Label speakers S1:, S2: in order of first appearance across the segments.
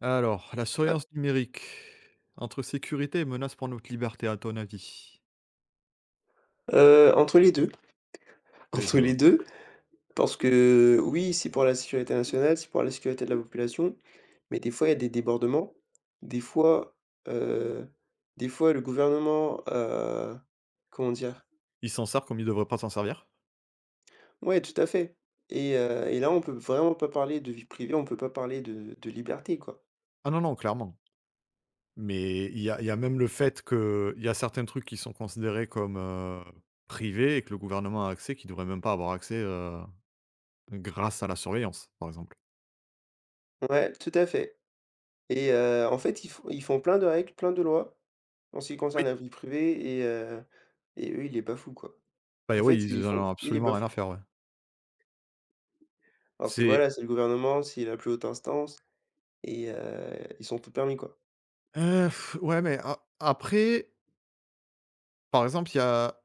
S1: Alors, la surveillance numérique, entre sécurité et menace pour notre liberté, à ton avis?
S2: Entre les 2,
S1: Les
S2: entre
S1: 2, hein.
S2: les 2, parce que oui, c'est pour la sécurité nationale, c'est pour la sécurité de la population, mais des fois, il y a des débordements. Des fois, heu, des fois le gouvernement, comment dire?
S1: Ils s'en servent comme ils devraient pas s'en servir?
S2: Ouais, tout à fait. Et là, on peut vraiment pas parler de vie privée, on peut pas parler de liberté, quoi.
S1: Ah non, non, clairement. Mais il y a même le fait qu'il y a certains trucs qui sont considérés comme, privés et que le gouvernement a accès, qui devrait même pas avoir accès, grâce à la surveillance, par exemple.
S2: Ouais, tout à fait. Et en fait, ils font plein de règles, plein de lois en ce qui concerne
S1: Oui.
S2: la vie privée et eux, ils les bafouent, quoi.
S1: Bah,
S2: En
S1: oui,
S2: fait, ils les
S1: ils en
S2: font,
S1: ont
S2: ils les
S1: absolument rien à
S2: bafouent.
S1: faire, ouais.
S2: Parce que
S1: C'est
S2: voilà, c'est le gouvernement, c'est la plus haute instance et ils sont tout permis, quoi.
S1: heu, ouais, mais a après, par exemple, il y a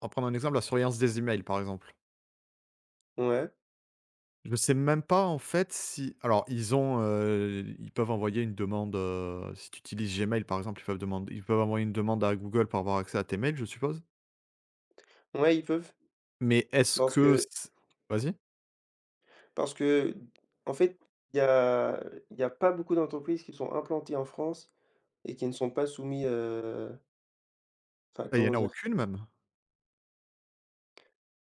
S1: on va prendre un exemple, la surveillance des emails, par exemple.
S2: Ouais,
S1: Je sais même pas en fait si alors ils ont, ils peuvent envoyer une demande, si tu utilises Gmail par exemple, ils peuvent envoyer une demande à Google pour avoir accès à tes mails, je suppose?
S2: ouais, ils peuvent,
S1: Mais est-ce
S2: parce
S1: que
S2: que
S1: c Vas-y?
S2: parce que, en fait, il y a il y a pas beaucoup d'entreprises qui sont implantées en France et qui ne sont pas soumis, enfin,
S1: Ah il y
S2: comment
S1: en a
S2: dire?
S1: aucune même?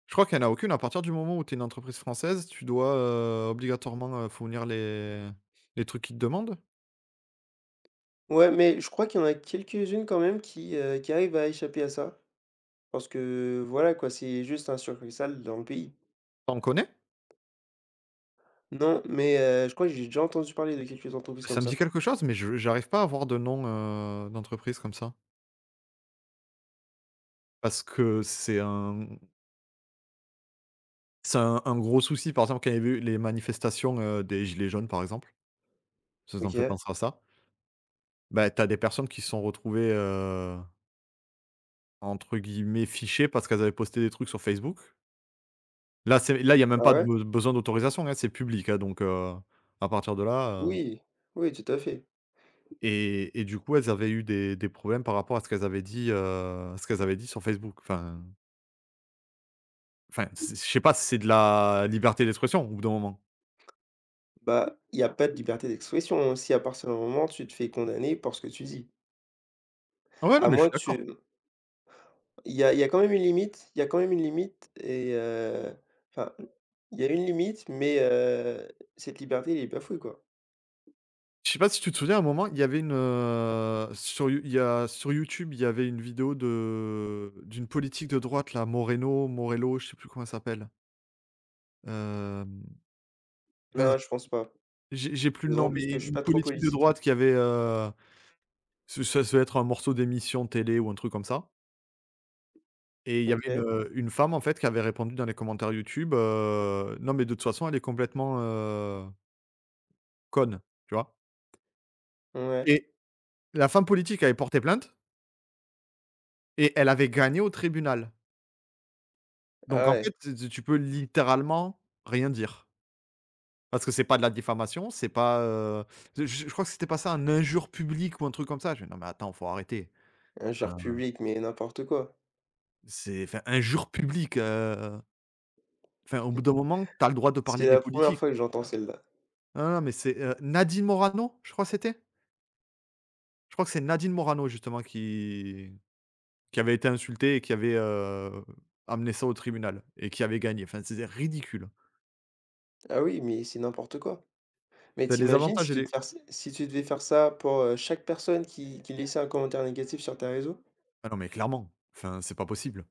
S1: Je crois qu'il y en a aucune à partir du moment où tu es une entreprise française, tu dois, obligatoirement, fournir les trucs qu'ils te demandent?
S2: Ouais, mais je crois qu'il y en a quelques-unes quand même qui arrivent à échapper à ça, parce que voilà, quoi, c'est juste un succursale dans le pays.
S1: Tu en connais?
S2: Non, mais je crois que j'ai déjà entendu parler de quelques entreprises
S1: Ça
S2: comme
S1: me
S2: ça.
S1: dit quelque chose mais je j'arrive pas à avoir de nom, d'entreprise comme ça. Parce que c'est un C'est un gros souci, par exemple, quand il y avait eu les manifestations, des gilets jaunes, par exemple, ça me fait
S2: OK.
S1: penser à ça. Bah, t'as des personnes qui se sont retrouvées, entre guillemets, «fichées» parce qu'elles avaient posté des trucs sur Facebook. Là, il y a même
S2: Ah
S1: pas de
S2: ouais?
S1: be besoin d'autorisation, hein, c'est public, hein, à partir de là.
S2: Oui, oui, tout à fait.
S1: Et du coup, elles avaient eu des problèmes par rapport à ce qu'elles avaient dit, ce qu'elles avaient dit sur Facebook. Enfin, c'est je sais pas, si c'est de la liberté d'expression au bout d'un moment.
S2: Bah, il y a pas de liberté d'expression, hein, si à partir du moment tu te fais condamner pour ce que tu dis.
S1: Ah ouais, non,
S2: À
S1: mais je
S2: moins
S1: suis
S2: que tu
S1: d'accord.
S2: Il y a quand même une limite, il y a quand même une limite et enfin, il y a une limite, mais cette liberté, elle est bafouée, quoi.
S1: Je sais pas si tu te souviens, à un moment, il y avait sur You il y a sur YouTube, il y avait une vidéo de d'une politique de droite là, Moreno Morello, je sais plus comment elle s'appelle. Hem, mince,
S2: Non, je pense pas.
S1: j'ai plus le nom,
S2: D'autant plus
S1: mais
S2: que je suis
S1: une
S2: pas trop
S1: politique de
S2: politique.
S1: droite qui avait, ce ça devait être un morceau d'émission télé ou un truc comme ça et il y avait
S2: OK?
S1: une femme en fait qui avait répondu dans les commentaires YouTube, «Non mais de toute façon elle est complètement, conne», tu vois?
S2: Ouais.
S1: Et la femme politique avait porté plainte et elle avait gagné au tribunal. Donc
S2: Ah
S1: en
S2: ouais.
S1: fait, tu peux littéralement rien dire. Parce que c'est pas de la diffamation, c'est pas, je crois que c'était pas ça, un injure publique ou un truc comme ça. Je fais: «Non mais attends, faut arrêter».
S2: Un genre
S1: Enfin,
S2: public, mais n'importe quoi.
S1: enfin injure publique, enfin au bout d'un moment, t'as le droit de parler
S2: C'est
S1: des
S2: la première
S1: politiques.
S2: fois que j'entends celle-là.
S1: Non, non mais c'est, Nadine Morano, je crois que c'était? Je crois que c'est Nadine Morano justement qui avait été insultée et qui avait, amené ça au tribunal et qui avait gagné. Enfin, c'est ridicule.
S2: Ah oui, mais c'est n'importe quoi. Mais
S1: T'as les
S2: t'imagines,
S1: avantages et les
S2: si tu devais faire ça pour, chaque personne qui laissait un commentaire négatif sur tes réseaux?
S1: Ah non mais clairement, enfin c'est pas possible.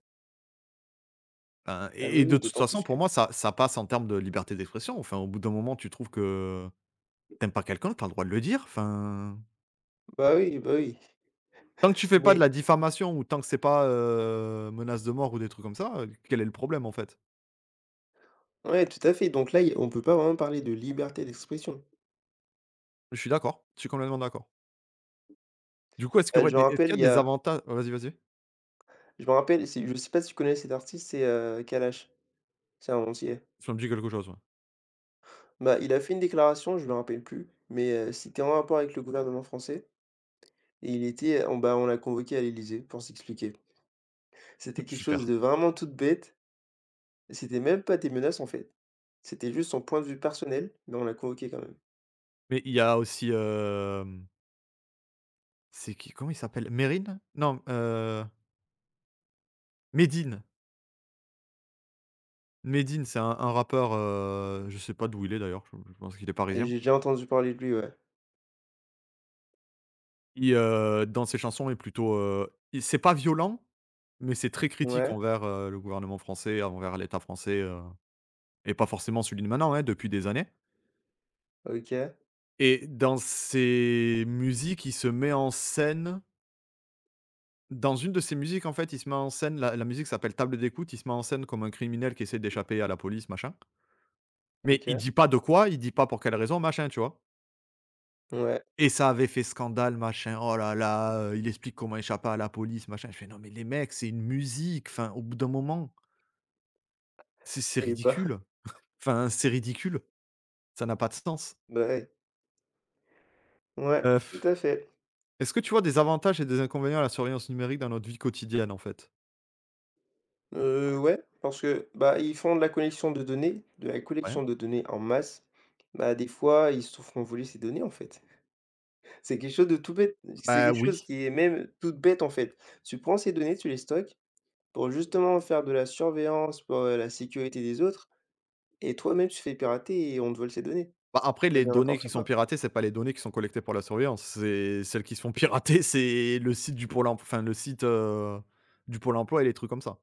S1: Hein,
S2: Ah oui,
S1: et
S2: oui,
S1: de toute
S2: d'autant
S1: façon,
S2: plus
S1: pour
S2: que
S1: moi, ça passe en termes de liberté d'expression. Enfin, au bout d'un moment, tu trouves que t'aimes pas quelqu'un, t'as le droit de le dire. Enfin,
S2: bah oui, bah oui.
S1: tant que tu fais pas de la
S2: Mais
S1: diffamation ou tant que c'est pas, menace de mort ou des trucs comme ça, quel est le problème, en fait?
S2: ouais, tout à fait. Donc là, y on peut pas vraiment parler de liberté d'expression.
S1: Je suis d'accord, je suis complètement d'accord.
S2: Je me
S1: Est-ce
S2: rappelle,
S1: qu'il y a
S2: il y
S1: des
S2: a
S1: avantages oh, vas-y, vas-y.
S2: je me rappelle, c'est, je sais pas si tu connais cet artiste, c'est, Kalash, c'est un Antillais.
S1: Ça me dit quelque chose, ouais.
S2: Bah, il a fait une déclaration, je me rappelle plus, mais, c'était en rapport avec le gouvernement français. Et il était on, bah, on l'a convoqué à l'Élysée pour s'expliquer. C'était quelque chose
S1: Super.
S2: de vraiment toute bête, c'était même pas des menaces, en fait. C'était juste son point de vue personnel, mais on l'a convoqué quand même.
S1: Mais il y a aussi, c'est qui? Comment il s'appelle? Mérine? Non, Medine. Medine, c'est un rappeur, je sais pas d'où il est d'ailleurs, je pense qu'il est
S2: Et
S1: parisien.
S2: j'ai déjà entendu parler de lui, ouais.
S1: Qui, dans ses chansons est plutôt, il c'est pas violent, mais c'est très critique
S2: Ouais,
S1: envers, le gouvernement français, envers l'État français et pas forcément celui de maintenant, hein, depuis des années
S2: OK,
S1: et dans ses musiques, il se met en scène dans une de ses musiques, en fait, il se met en scène la musique s'appelle «Table d'écoute», il se met en scène comme un criminel qui essaie d'échapper à la police, machin, mais il
S2: OK,
S1: dit pas de quoi, il dit pas pour quelle raison, machin, tu vois?
S2: ouais
S1: Et ça avait fait scandale, machin. Oh là là, il explique comment échapper à la police, machin. Je fais: «Non mais les mecs, c'est une musique, enfin, au bout d'un moment, c'est
S2: et bah,
S1: ridicule. Enfin, c'est ridicule, ça n'a pas de sens».
S2: bah, ouais. Ouais,
S1: Heu,
S2: tout à fait.
S1: Est-ce que tu vois des avantages et des inconvénients à la surveillance numérique dans notre vie quotidienne, en fait?
S2: Ouais, parce que, bah, ils font de la collection de données, de la
S1: Ouais.
S2: collection de données en masse. Bah, des fois, ils se sont font voler ces données, en fait. C'est quelque chose de tout bête, c'est
S1: Bah,
S2: quelque chose
S1: oui.
S2: qui est même toute bête, en fait. Tu prends ces données, tu les stockes pour justement faire de la surveillance, pour, la sécurité des autres, et toi-même tu te fais pirater et on te vole ces données.
S1: Bah, après
S2: Ça
S1: les
S2: devient
S1: données
S2: n'importe
S1: qui sont
S2: quoi.
S1: piratées, c'est pas les données qui sont collectées pour la surveillance, c'est celles qui se font pirater, c'est le site du Pôle emploi. Enfin le site, du Pôle emploi et les trucs comme ça.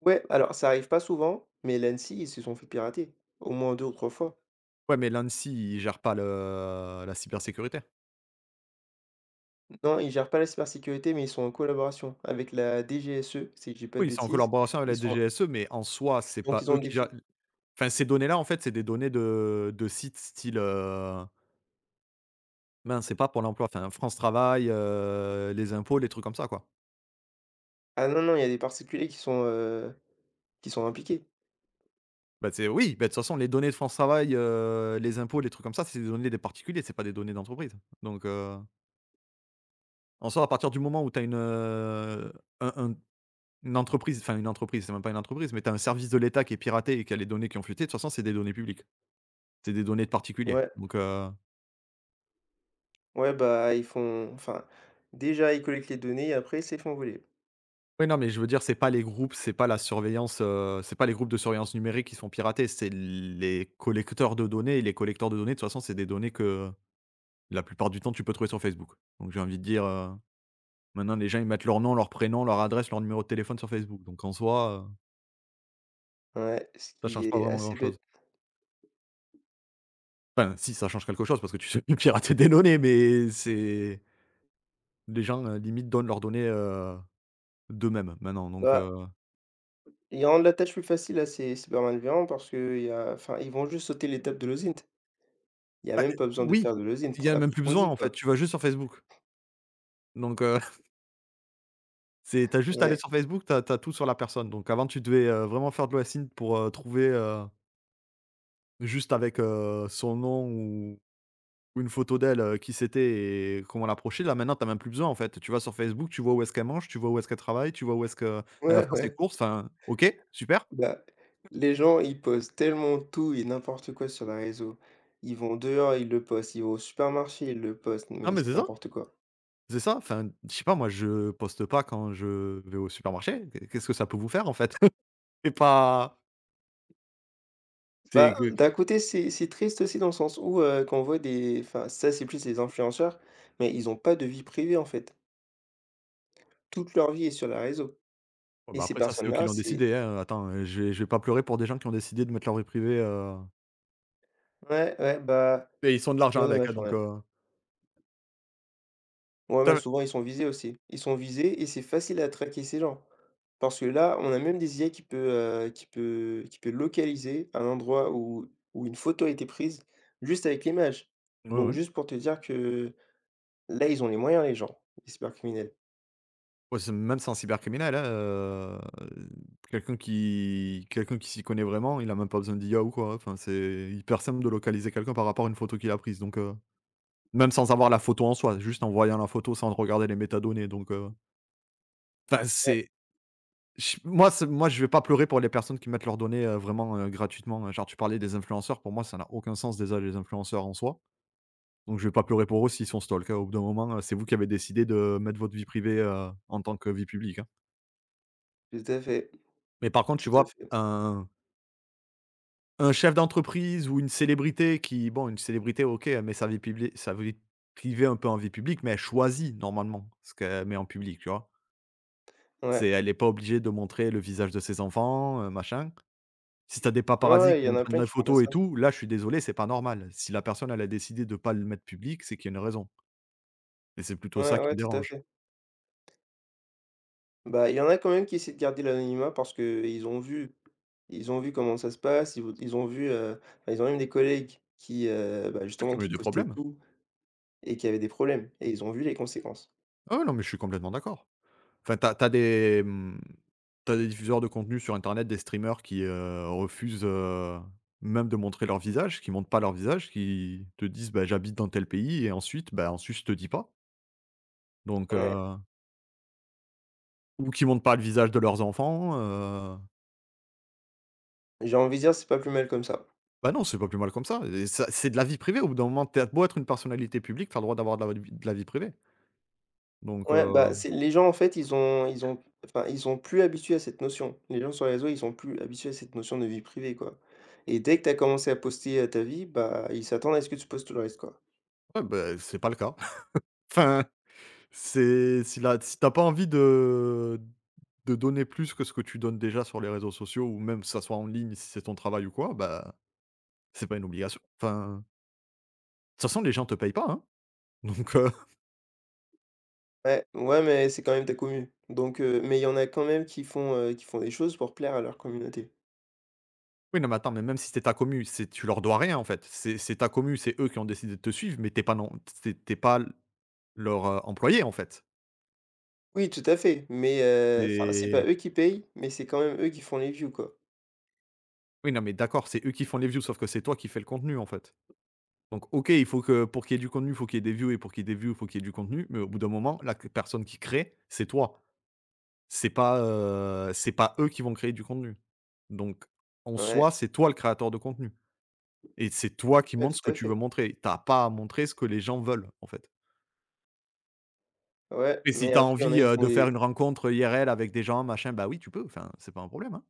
S2: Ouais, alors ça arrive pas souvent, mais l'ANSSI, ils se sont fait pirater, au moins 2 ou 3 fois.
S1: Ouais, mais l'ANSSI, ils gèrent pas le la cybersécurité.
S2: Non, ils gèrent pas la cybersécurité, mais ils sont en collaboration avec la DGSE, si je dis pas de
S1: Oui, c'est en
S2: bêtises.
S1: collaboration avec
S2: Ils
S1: la
S2: sont,
S1: DGSE, mais en soi, c'est
S2: donc
S1: pas
S2: ils ont
S1: eux qui
S2: des
S1: gè
S2: faits.
S1: enfin, ces données-là, en fait, c'est des données de sites style, mince, c'est pas pour l'emploi, enfin, France Travail, les impôts, les trucs comme ça, quoi.
S2: Ah non, non, il y a des particuliers qui sont, qui sont impliqués.
S1: Bah, c'est Oui, bah, de toute façon, les données de France Travail, les impôts, les trucs comme ça, c'est des données des particuliers, c'est pas des données d'entreprise. Donc, heu, En soi, à partir du moment où tu as un une entreprise, enfin, une entreprise, c'est même pas une entreprise, mais tu as un service de l'État qui est piraté et qui a les données qui ont fuité, de toute façon, c'est des données publiques. C'est des données de particuliers.
S2: Ouais,
S1: Donc, heu
S2: ouais, bah, ils font, enfin, déjà, ils collectent les données et après, ils se les font voler.
S1: Oui, non, mais je veux dire, c'est pas les groupes, c'est pas la surveillance, c'est pas les groupes de surveillance numérique qui sont piratés, c'est les collecteurs de données et les collecteurs de données, de toute façon, c'est des données que la plupart du temps, tu peux trouver sur Facebook. Donc j'ai envie de dire, maintenant les gens, ils mettent leur nom, leur prénom, leur adresse, leur numéro de téléphone sur Facebook.
S2: Ouais, ce
S1: Ça
S2: qui
S1: change pas
S2: est
S1: vraiment
S2: assez
S1: grand-chose.
S2: bête.
S1: Enfin si, ça change quelque chose parce que tu sais plus pirater des données, mais c'est les gens, limite donnent leurs données, d'eux-mêmes maintenant,
S2: Bah, ils rendent la tâche plus facile à ces cybermalveillants, parce qu'il y a enfin, ils vont juste sauter l'étape de l'audit. Il y a
S1: bah,
S2: même pas besoin de
S1: oui,
S2: faire de l'audit
S1: il y
S2: pro
S1: a même plus besoin
S2: approfondi,
S1: en fait,
S2: quoi.
S1: tu vas juste sur Facebook, donc heu C'est t'as juste à aller
S2: Ouais,
S1: sur Facebook, t'as as tout sur la personne. Donc avant, tu devais, vraiment faire de l'hasting pour, trouver, juste avec, son nom ou une photo d'elle, qui c'était et comment l'approcher. Là, maintenant, t'as même plus besoin, en fait. Tu vas sur Facebook, tu vois où est-ce qu'elle mange, tu vois où est-ce qu'elle travaille, tu vois où est-ce qu'elle va
S2: ouais,
S1: faire ses
S2: ouais.
S1: courses. Enfin, OK, super.
S2: Bah, les gens, ils postent tellement tout et n'importe quoi sur les réseaux. Ils vont dehors, ils le postent, ils vont au supermarché, ils le postent,
S1: Ah
S2: mais
S1: mais
S2: c'est
S1: c'est ça,
S2: n'importe quoi.
S1: c'est ça. Enfin, je sais pas, moi, je poste pas quand je vais au supermarché. Qu'est ce que ça peut vous faire, en fait? C'est pas
S2: Bah,
S1: c'est que
S2: d'un côté, c'est triste aussi, dans le sens où quand on voit des, enfin, ça, c'est plus les influenceurs, mais ils ont pas de vie privée, en fait. Toute leur vie est sur les réseaux.
S1: Bon,
S2: Et
S1: bah,
S2: ces
S1: après ça, c'est eux qui
S2: personnes-là,
S1: l'ont
S2: c'est.
S1: décidé, hein, attends, je vais pas pleurer pour des gens qui ont décidé de mettre leur vie privée.
S2: Ouais, ouais, bah,
S1: Et ils sont de
S2: c'est
S1: l'argent
S2: bien
S1: avec, hein,
S2: dommage quand même. Ouais,
S1: Tu
S2: mais souvent ils sont visés aussi. Ils sont visés et c'est facile à traquer ces gens. Parce que là, on a même des IA qui peut localiser un endroit où une photo a été prise juste avec l'image.
S1: Ouais,
S2: Donc
S1: ouais.
S2: juste pour te dire que là, ils ont les moyens, les gens, les cybercriminels.
S1: Ouais, c'est même sans cybercriminel, hein, quelqu'un qui s'y connaît vraiment, il a même pas besoin d'IA ou quoi, hein. Enfin, c'est hyper simple de localiser quelqu'un par rapport à une photo qu'il a prise, même sans avoir la photo en soi, juste en voyant la photo sans regarder les métadonnées, donc enfin,
S2: Ouais,
S1: c'est j moi, c'est moi, je vais pas pleurer pour les personnes qui mettent leurs données, vraiment, gratuitement, hein. Genre, tu parlais des influenceurs, pour moi, ça n'a aucun sens déjà les influenceurs en soi. Donc je vais pas pleurer pour eux s'ils sont stalkés, hein. Au bout d'un moment, c'est vous qui avez décidé de mettre votre vie privée, en tant que vie publique, hein.
S2: tout à fait,
S1: Mais par contre,
S2: tout
S1: tu
S2: à
S1: vois,
S2: fait.
S1: un chef d'entreprise ou une célébrité qui bon, une célébrité, OK, elle met sa vie privée un peu en vie publique, mais elle choisit normalement ce qu'elle met en public, tu vois?
S2: Ouais.
S1: C'est Elle est pas obligée de montrer le visage de ses enfants, machin. Si t'as des
S2: Ouais,
S1: paparazzis qui
S2: ouais, il y en
S1: viennent
S2: a
S1: prendre
S2: plein
S1: la
S2: qui font pas
S1: photo et
S2: ça.
S1: tout, là, je suis désolé, c'est pas normal. Si la personne, elle a décidé de pas le mettre public, c'est qu'il y a une raison et c'est plutôt
S2: Ouais,
S1: ça qui
S2: ouais,
S1: me
S2: tout à
S1: dérange.
S2: fait. Bah, il y en a quand même qui essaient de garder l'anonymat, parce que ils ont vu comment ça se passe, ils ont vu, bah, ils ont même des collègues qui, bah, justement,
S1: J'ai eu
S2: qui
S1: des
S2: postaient
S1: problèmes.
S2: tout et qui avaient des problèmes et ils ont vu les conséquences.
S1: Ah ouais, non, mais je suis complètement d'accord. Enfin, t'as as des, tu des diffuseurs de contenu sur internet, des streamers qui, refusent, même de montrer leur visage, qui montrent pas leur visage, qui te disent: «Bah, j'habite dans tel pays» et ensuite, bah, ensuite, je te dis pas. Donc
S2: Ouais,
S1: heu, ou qui montrent pas le visage de leurs enfants,
S2: j'ai envie de dire, c'est pas plus mal comme ça.
S1: bah, non, c'est pas plus mal comme ça et ça c'est de la vie privée. Au bout d'un moment, tu beau être une personnalité publique, tu as le droit d'avoir de la vie privée. Donc
S2: Ouais, bah,
S1: heu,
S2: c'est les gens, en fait, ils ont enfin, ils sont plus habitués à cette notion. Les gens sur les réseaux, ils sont plus habitués à cette notion de vie privée, quoi. Et dès que tu as commencé à poster, ta vie, bah, ils s'attendent à ce que tu postes tout le reste, quoi.
S1: ouais, bah, c'est pas le cas. Enfin, c'est si la si tu pas envie de donner plus que ce que tu donnes déjà sur les réseaux sociaux ou même que ça soit en ligne si c'est ton travail ou quoi, bah, c'est pas une obligation. Enfin, de toute façon, les gens te payent pas, hein. Donc, heu,
S2: Ouais, ouais, mais c'est quand même ta commu. Donc, mais il y en a quand même qui font des choses pour plaire à leur communauté.
S1: oui, non, mais attends, mais même si c'est ta commu, c'est tu leur dois rien, en fait. C'est ta commu, c'est eux qui ont décidé de te suivre, mais t'es pas non tu es pas leur, employé, en fait.
S2: Oui, tout à fait, mais enfin, c'est pas
S1: C'est
S2: eux qui payent, mais c'est quand même eux qui font les views, quoi.
S1: oui, non, mais d'accord, c'est eux qui font les views, sauf que c'est toi qui fais le contenu, en fait. Donc OK, il faut que pour qu'il y ait du contenu, il faut qu'il y ait des views et pour qu'il y ait des views, il faut qu'il y ait du contenu, mais au bout d'un moment, la personne qui crée, c'est toi. C'est pas eux qui vont créer du contenu. Donc en
S2: Ouais,
S1: soi, c'est toi le créateur de contenu et c'est toi qui
S2: ouais,
S1: montres ce
S2: tout
S1: que
S2: à
S1: tu veux
S2: fait.
S1: montrer. T'as pas à montrer ce que les gens veulent, en fait.
S2: Ouais,
S1: Et si
S2: mais
S1: t'as
S2: après, il y en a,
S1: envie,
S2: ils font
S1: de faire
S2: des
S1: une rencontre IRL avec des gens, machin, bah oui, tu peux, enfin, c'est pas un problème, hein.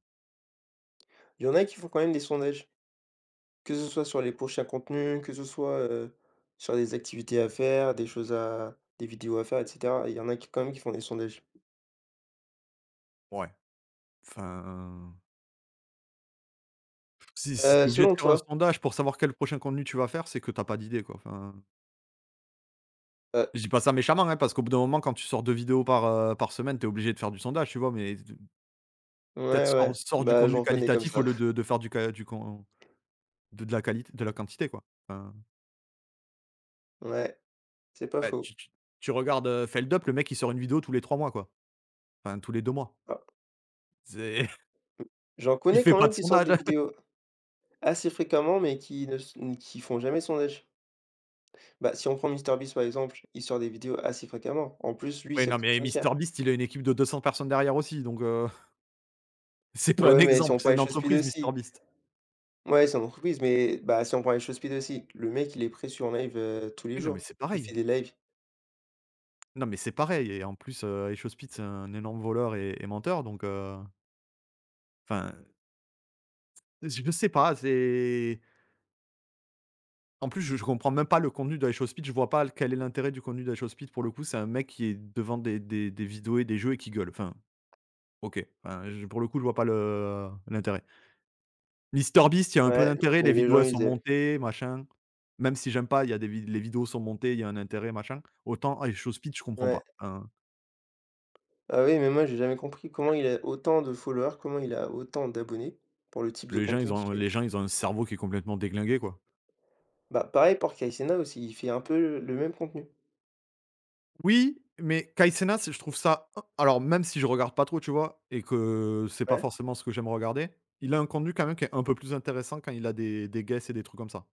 S2: il y en a qui font quand même des sondages. Que ce soit sur les prochains contenus, que ce soit, sur des activités à faire, des choses à des vidéos à faire, et cetera. Il y en a qui, quand même, qui font des sondages.
S1: Ouais, enfin, si si tu obligé de
S2: Selon
S1: faire un
S2: toi,
S1: sondage pour savoir quel prochain contenu tu vas faire, c'est que t'as pas d'idée, quoi, enfin.
S2: heu
S1: Je dis pas ça méchamment, hein, parce qu'au bout d'un moment, quand tu sors 2 vidéos par, par semaine, t'es obligé de faire du sondage, tu vois? Mais peut-être
S2: ouais, ouais,
S1: sors sors du
S2: bah,
S1: contenu
S2: j'en connais comme
S1: qualitatif au
S2: ça.
S1: lieu de faire du qua du con de la qualité de la quantité, quoi. Enfin,
S2: Ouais, c'est pas
S1: ouais,
S2: faux.
S1: tu tu tu regardes, Feldup, le mec, il sort une vidéo tous les 3 mois, quoi. Enfin, tous les 2 mois.
S2: Ah,
S1: C'est
S2: j'en
S1: il
S2: connais
S1: fait
S2: quand
S1: pas
S2: même
S1: de
S2: qui sortent
S1: sondage.
S2: des vidéos assez fréquemment, mais qui ne s qui font jamais de sondage. Bah, si on prend MrBeast, par exemple, il sort des vidéos assez fréquemment. En plus, lui,
S1: Oui,
S2: ça
S1: non,
S2: coûte
S1: mais
S2: très cher.
S1: MrBeast, il a une équipe de 200 personnes derrière aussi, c'est pas un
S2: Ouais, mais si on
S1: exemple,
S2: prend
S1: c'est
S2: les
S1: une
S2: choses speed
S1: entreprise,
S2: aussi.
S1: MrBeast.
S2: Ouais, c'est une entreprise, mais bah, si on prend les choses speed aussi, le mec, il est précis en live, tous les
S1: Oui, non, mais
S2: jours.
S1: c'est
S2: Il
S1: pareil.
S2: fait des lives.
S1: Non, mais c'est pareil et en plus, Ace Hospite, c'est un énorme voleur et menteur, enfin, je ne sais pas, c'est en plus, je comprends même pas le contenu de High Show Speed, je vois pas l quel est l'intérêt du contenu de High Show Speed pour le coup, c'est un mec qui est devant des vidéos et des jeux et qui gueule. Enfin, OK, enfin, je pour le coup, je vois pas le l'intérêt. MrBeast, il y a un peu
S2: Ouais,
S1: d'intérêt,
S2: mais
S1: les
S2: les gens,
S1: vidéos, elles
S2: ils
S1: sont
S2: aiment.
S1: montées, machin. Même si j'aime pas, il y a des vid les vidéos sont montées, il y a un intérêt, machin. Autant High Show Speed, je comprends
S2: Ouais.
S1: pas, hein.
S2: Ah oui, mais moi, j'ai jamais compris comment il a autant de followers, comment il a autant d'abonnés pour le type de
S1: Les gens,
S2: contenu
S1: ils
S2: qu'il
S1: ont
S2: fait.
S1: les gens, ils ont un cerveau qui est complètement déglingué, quoi.
S2: Bah, pareil pour Kaysena aussi, il fait un peu le même contenu.
S1: Oui, mais Kai Cenat, c'est je trouve ça alors même si je regarde pas trop, tu vois? Et que c'est pas
S2: Ouais.
S1: forcément ce que j'aime regarder, il a un contenu quand même qui est un peu plus intéressant quand il a des guests et des trucs comme ça.